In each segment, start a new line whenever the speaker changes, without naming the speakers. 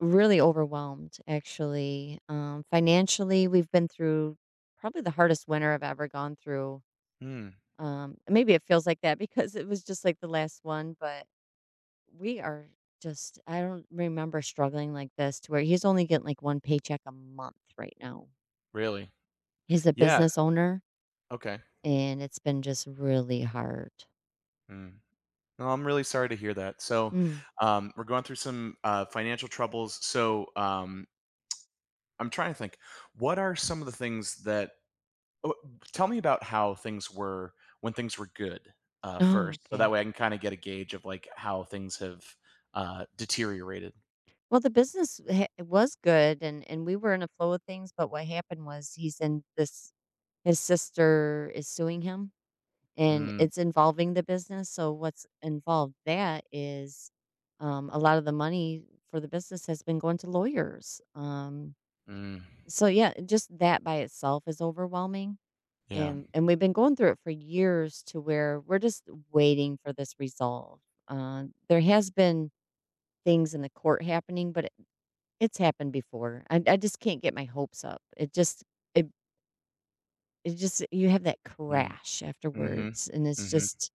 Really overwhelmed, actually. Financially, we've been through probably the hardest winter I've ever gone through.
Mm,
Maybe it feels like that because it was just like the last one, but we are just, I don't remember struggling like this to where he's only getting like one paycheck a month right now.
really?
He's a
Yeah,
business owner,
okay.
and it's been just really hard.
Mm. No, I'm really sorry to hear that. So,
Mm.
we're going through some, financial troubles, so, I'm trying to think, what are some of the things oh, tell me about how things were when things were good,
Oh,
first, so
okay.
that way I can kinda get a gauge of, like, how things have, deteriorated.
Well, the business was good, and we were in a flow of things, but what happened was he's in this. His sister is suing him, and
Mm,
it's involving the business, so what's involved that is, a lot of the money for the business has been going to lawyers,
mm,
so yeah, just that by itself is overwhelming. Mm.
yeah,
And we've been going through it for years to where we're just waiting for this resolve. There has been things in the court happening, but it's happened before. I just can't get my hopes up, it just it you have that
mm,
crash
mhm,
afterwards, and it's
mhm.
just.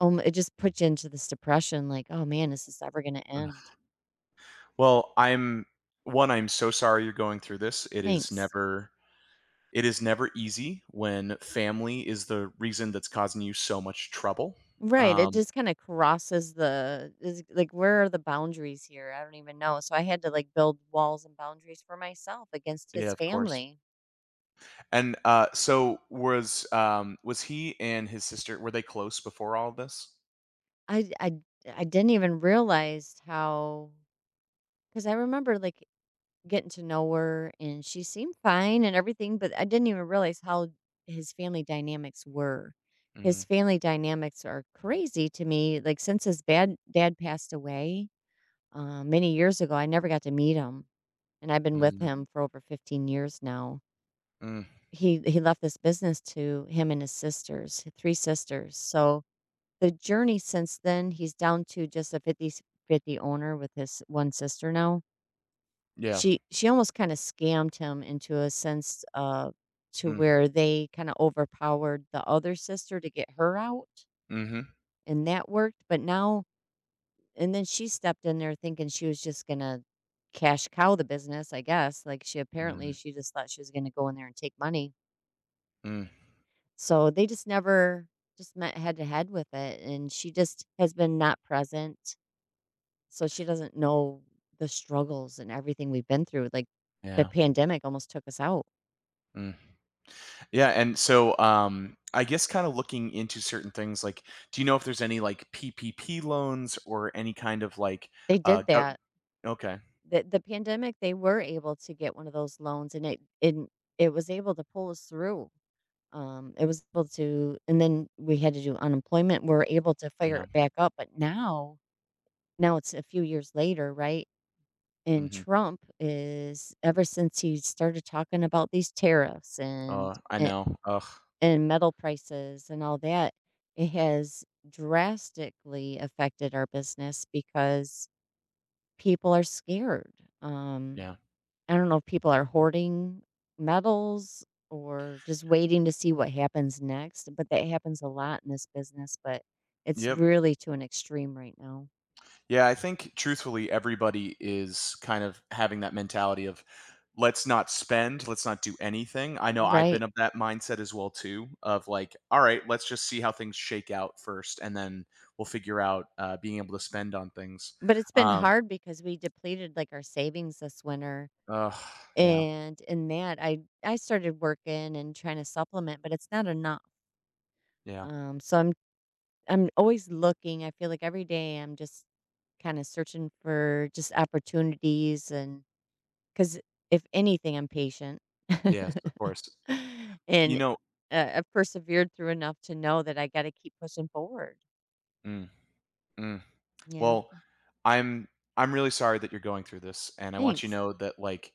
It just puts you into this depression, like, "Oh man, is this ever gonna end?"
Well, I'm so sorry you're going through this,
Thanks.
it is never easy when family is the reason that's causing you so much trouble.
Right, it
Um
just kinda crosses the is like, where are the boundaries here? I don't even know, so I had to, like, build walls and boundaries for myself against
Yeah,
his
of course.
family.
And, so was he and his sister were they close before all this?
I I I didn't even realize how, because I remember, like, getting to know her and she seemed fine and everything, but I didn't even realize how his family dynamics were. His
Mm,
family dynamics are crazy to me. Like, since his bad dad passed away many years ago, I never got to meet him, and I've been with
mm,
him for over 15 years now.
mm,
He left this business to him and his sisters, three sisters. So the journey since then, he's down to just a 50-50 owner with his one sister now.
yeah,
She almost kinda scammed him into a sense, to
mm,
where they kinda overpowered the other sister to get her out,
mhm,
and that worked, but now and then she stepped in there thinking she was just gonna cash cow the business, I guess. Like, she apparently
mhm,
she just thought she was gonna go in there and take money.
mm,
So, they just never just met head to head with it, and she just has been not present, so she doesn't know the struggles and everything we've been through, like, the
yeah,
pandemic almost took us out.
mm. Yeah, and so, I guess kinda looking into certain things, like, do you know if there's any, like, PPP loans or any kind of, like,
They did
go
that.
okay,
The pandemic, they were able to get one of those loans, and it was able to pull us through. It was able to, and then we had to do unemployment. We're able to fire
yeah,
it back up, but now now it's a few years later, right? And
mhm.
Trump is ever since he started talking about these tariffs and
Oh, I
and,
know, ugh.
and metal prices and all that, it has drastically affected our business because people are scared. Um,
Yeah.
I don't know if people are hoarding medals or just waiting to see what happens next, but that happens a lot in this business, but it's
Yep.
really to an extreme right now.
Yeah, I think truthfully everybody is kind of having that mentality of let's not spend, let's not do anything. I know I've been
Right.
of that mindset as well too of like, all right, let's just see how things shake out first and then we'll figure out being able to spend on things.
But it's been
Um
hard because we depleted like our savings this winter.
uh yeah.
And in that, I started working and trying to supplement, but it's not enough.
Yeah.
So I'm always looking. I feel like every day I'm just kind of searching for just opportunities and 'cause if anything, I'm patient.
Yes, of course. You
And,
know,
I've persevered through enough to know that I gotta keep pushing forward.
mm, mm.
Yeah.
Well, I'm I'm really sorry that you're going through this and I want you to
Thanks.
know that like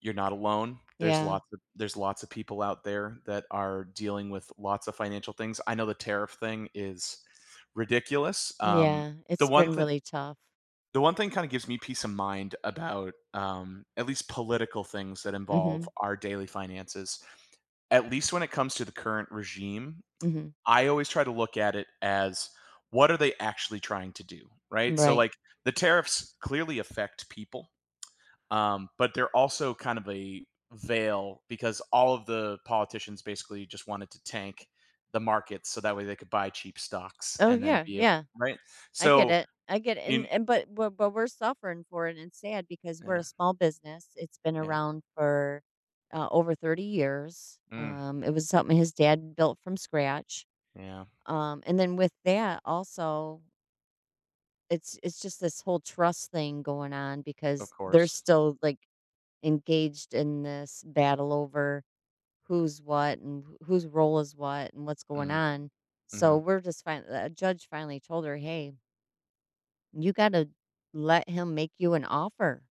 you're not alone.
Yeah.
There's lots of people out there that are dealing with lots of financial things. I know the tariff thing is ridiculous.
Yeah.
The
It's
one
been
thing,
really tough.
kind of gives me peace of mind about, at least political things that involve
Mhm.
our daily finances, at least when it comes to the current regime,
Mhm.
I always try to look at it as what are they actually trying to do, right? So
Right.
like the tariffs clearly affect people. But they're also kind of a veil because all of the politicians basically just wanted to tank the markets so that way they could buy cheap stocks
Oh,
and then
yeah,
be a
yeah.
right.
I get
So
it. I get it. And
in
and but we're suffering for it, and it's sad because we're
yeah,
a small business. It's been
yeah,
around for, over 30 years.
mm,
It was something his dad built from scratch.
yeah,
And then with that also, it's just this whole trust thing going on
of
because they're
course,
still, like, engaged in this battle over who's what and wh whose role is what and what's going
mm,
on.
hmm,
So we're just fin a judge finally told her, "Hey, you gotta let him make you an offer."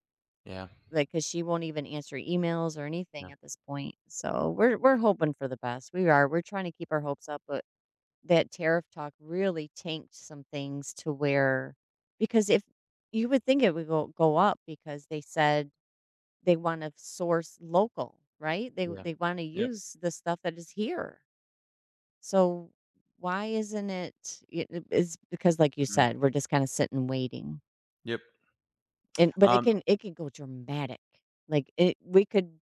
yeah,
Like, 'cause she won't even answer emails or anything
yeah,
at this point. So we're hoping for the best. We are. We're trying to keep our hopes up, but that tariff talk really tanked some things to where, because if you would think it would go up because they said they want to source local, right? They
yeah,
they want to
yep,
use the stuff that is here. So why isn't it? It's because, like you
mhm,
said, we're just kind of sitting waiting.
yep.
And but
Um,
it can go dramatic. Like we could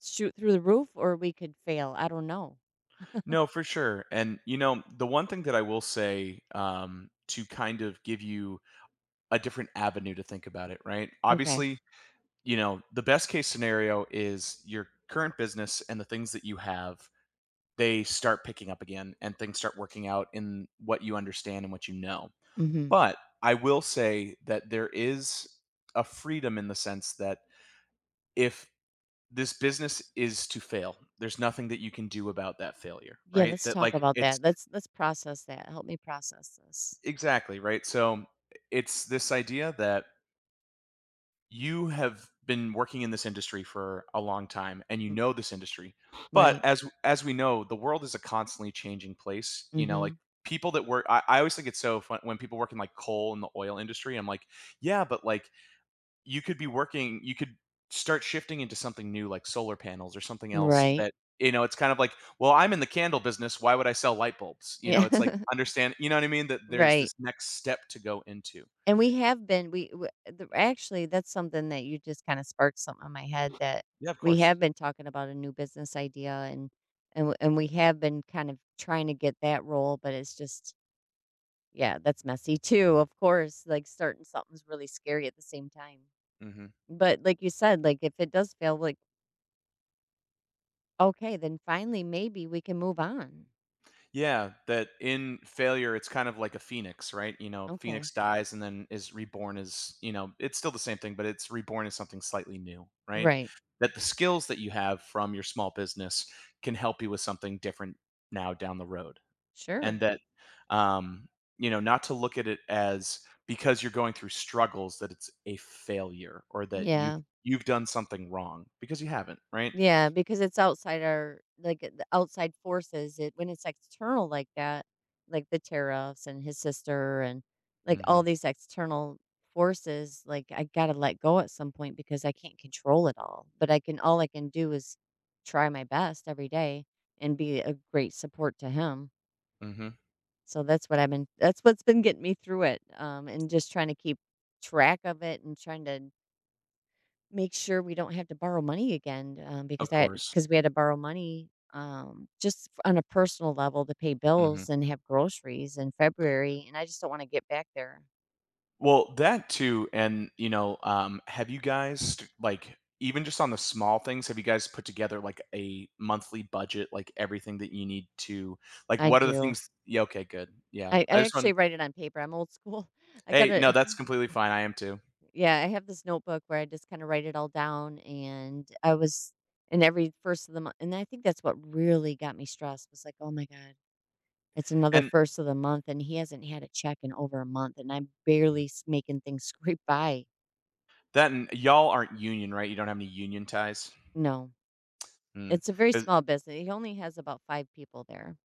shoot through the roof, or we could fail. I don't know.
no, for sure. And you know, the one thing that I will say, to kind of give you a different avenue to think about it, right?
Okay.
Obviously, you know, the best case scenario is your current business and the things that you have, they start picking up again and things start working out in what you understand and what you know.
Hmm.
But I will say that there is a freedom in the sense that if this business is to fail, there's nothing that you can do about that failure,
Yeah,
right?
let's
That,
talk
like,
about
it's
that. Let's process that. Help me process this.
exactly right. So it's this idea that you have been working in this industry for a long time and you
M-
know this industry, but
Right.
as we know, the world is a constantly changing place, you know, like
Mhm.
people that work, I always think it's so fun when people work in like coal and the oil industry. I'm like, yeah, but like you could be working you could start shifting into something new, like solar panels or something else
Right.
that, you know, it's kind of like, well, I'm in the candle business, why would I sell light bulbs? You know, it's like
Yeah.
understand, you know what I mean, that there's this
Right.
next step to go into.
And we have been, actually that's something that you just kind of sparked something in my head, that
Yeah, of
we
course.
have been talking about a new business idea, and we have been kind of trying to get that role, but it's just, yeah, that's messy too. Of course, like starting something's really scary at the same time.
Hmm.
But like you said, like if it does fail, like, okay, then finally, maybe we can move on.
Yeah, that in failure, it's kind of like a phoenix, right? You know, phoenix
Okay.
dies and then is reborn as, you know, it's still the same thing, but it's reborn as something slightly new, right?
Right.
That the skills that you have from your small business can help you with something different now down the road. And
Sure.
that, um, you know, not to look at it as because you're going through struggles that it's a failure or that you've
Yeah.
you've done something wrong because you haven't, right?
Yeah, because it's outside our, like, the outside forces. It when it's external like that, like the tariffs and his sister and like all
Hmm.
these external forces, like I got to let go at some point because I can't control it all. But I can, all I can do is try my best every day and be a great support to him.
Hmm.
So that's what I've been, that's what's been getting me through it, and just trying to keep track of it and trying to make sure we don't have to borrow money again,
Of
because I
course.
because we had to borrow money, just f on a personal level to pay
Hmm.
bills and have groceries in February, and I just don't wanna get back there.
Well, that too, and, you know, have you guys, like, even just on the small things, have you guys put together, like, a monthly budget, like, everything that you need to, like,
I
what are the
do.
things. Yeah, okay, good, yeah.
I
I
I
just want.
actually write it on paper, I'm old school. I
Hey, no,
gotta.
that's completely fine, I am too.
Yeah, I have this notebook where I just kinda write it all down, and I was, and every first of the month, and I think that's what really got me stressed was like, "Oh my god, it's another
And
first of the month, and he hasn't had a check in over a month, and I'm barely s making things scrape by."
that and y'all aren't union, right? You don't have any union ties?
No.
Mm,
It's a very
'cause
small business. He only has about 5 people there.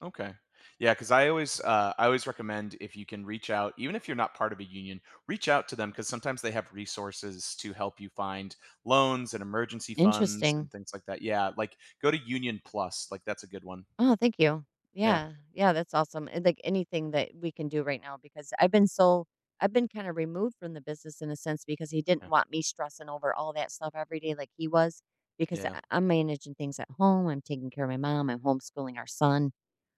okay. Yeah, because I always, I always recommend if you can reach out, even if you're not part of a union, reach out to them because sometimes they have resources to help you find loans and emergency funds and
Interesting.
things like that. Yeah, like go to Union Plus, like that's a good one.
Oh, thank you.
Yeah,
Yeah. Yeah, that's awesome. And like anything that we can do right now, because I've been so I've been kind of removed from the business in a sense because he didn't
yeah,
want me stressing over all that stuff every day like he was, because
yeah.
I'm managing things at home, I'm taking care of my mom, I'm homeschooling our son.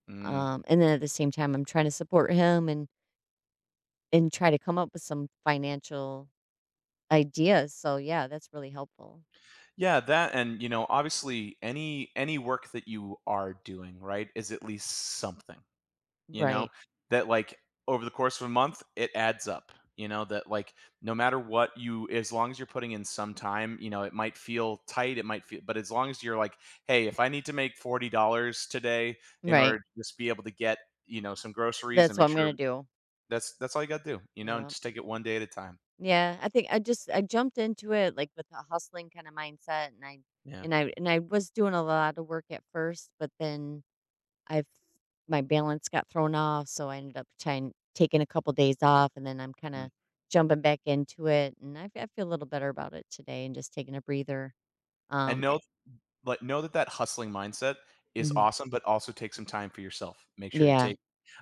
Mm.
And then at the same time I'm trying to support him and try to come up with some financial ideas. So yeah, that's really helpful.
Yeah, that and you know, obviously any work that you are doing, right, is at least something. You know?
Right.
That like over the course of a month, it adds up, you know, that like no matter what, you, as long as you're putting in some time, you know, it might feel tight, it might feel, but as long as you're like, "Hey, if I need to make $40 today in order
Right.
to just be able to get, you know, some groceries and
That's what
make
I'm
sure,"
going to do.
that's all you gotta do, you know, and
Yeah.
just take it one day at a time.
Yeah, I think I just I jumped into it, like, with a hustling kinda mindset, and I
Yeah.
and I and I was doing a lot of work at first, but then I've my balance got thrown off, so I ended up trying taking a couple days off, and then I'm
Mm.
kinda jumping back into it, and I feel a little better about it today and just taking a breather.
And
Um, eh
know But know that that hustling mindset is
Mhm.
awesome, but also take some time for yourself. Make sure to
Yeah.
take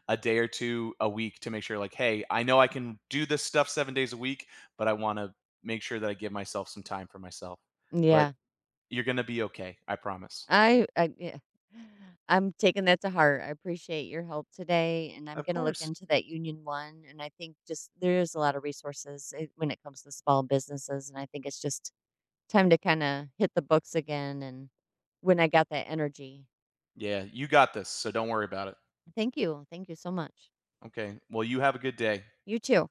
a day or two a week to make sure like, "Hey, I know I can do this stuff 7 days a week, but I wanna make sure that I give myself some time for myself." But
Yeah.
you're gonna be okay, I promise.
I yeah. I'm taking that to heart. I appreciate your help today, and I'm
Of
gonna look
course.
into that Union One, and I think just there's a lot of resources, when it comes to small businesses, and I think it's just time to kinda hit the books again and when I got that energy.
Yeah, you got this, so don't worry about it.
Thank you. Thank you so much.
Okay. Well, you have a good day.
You too.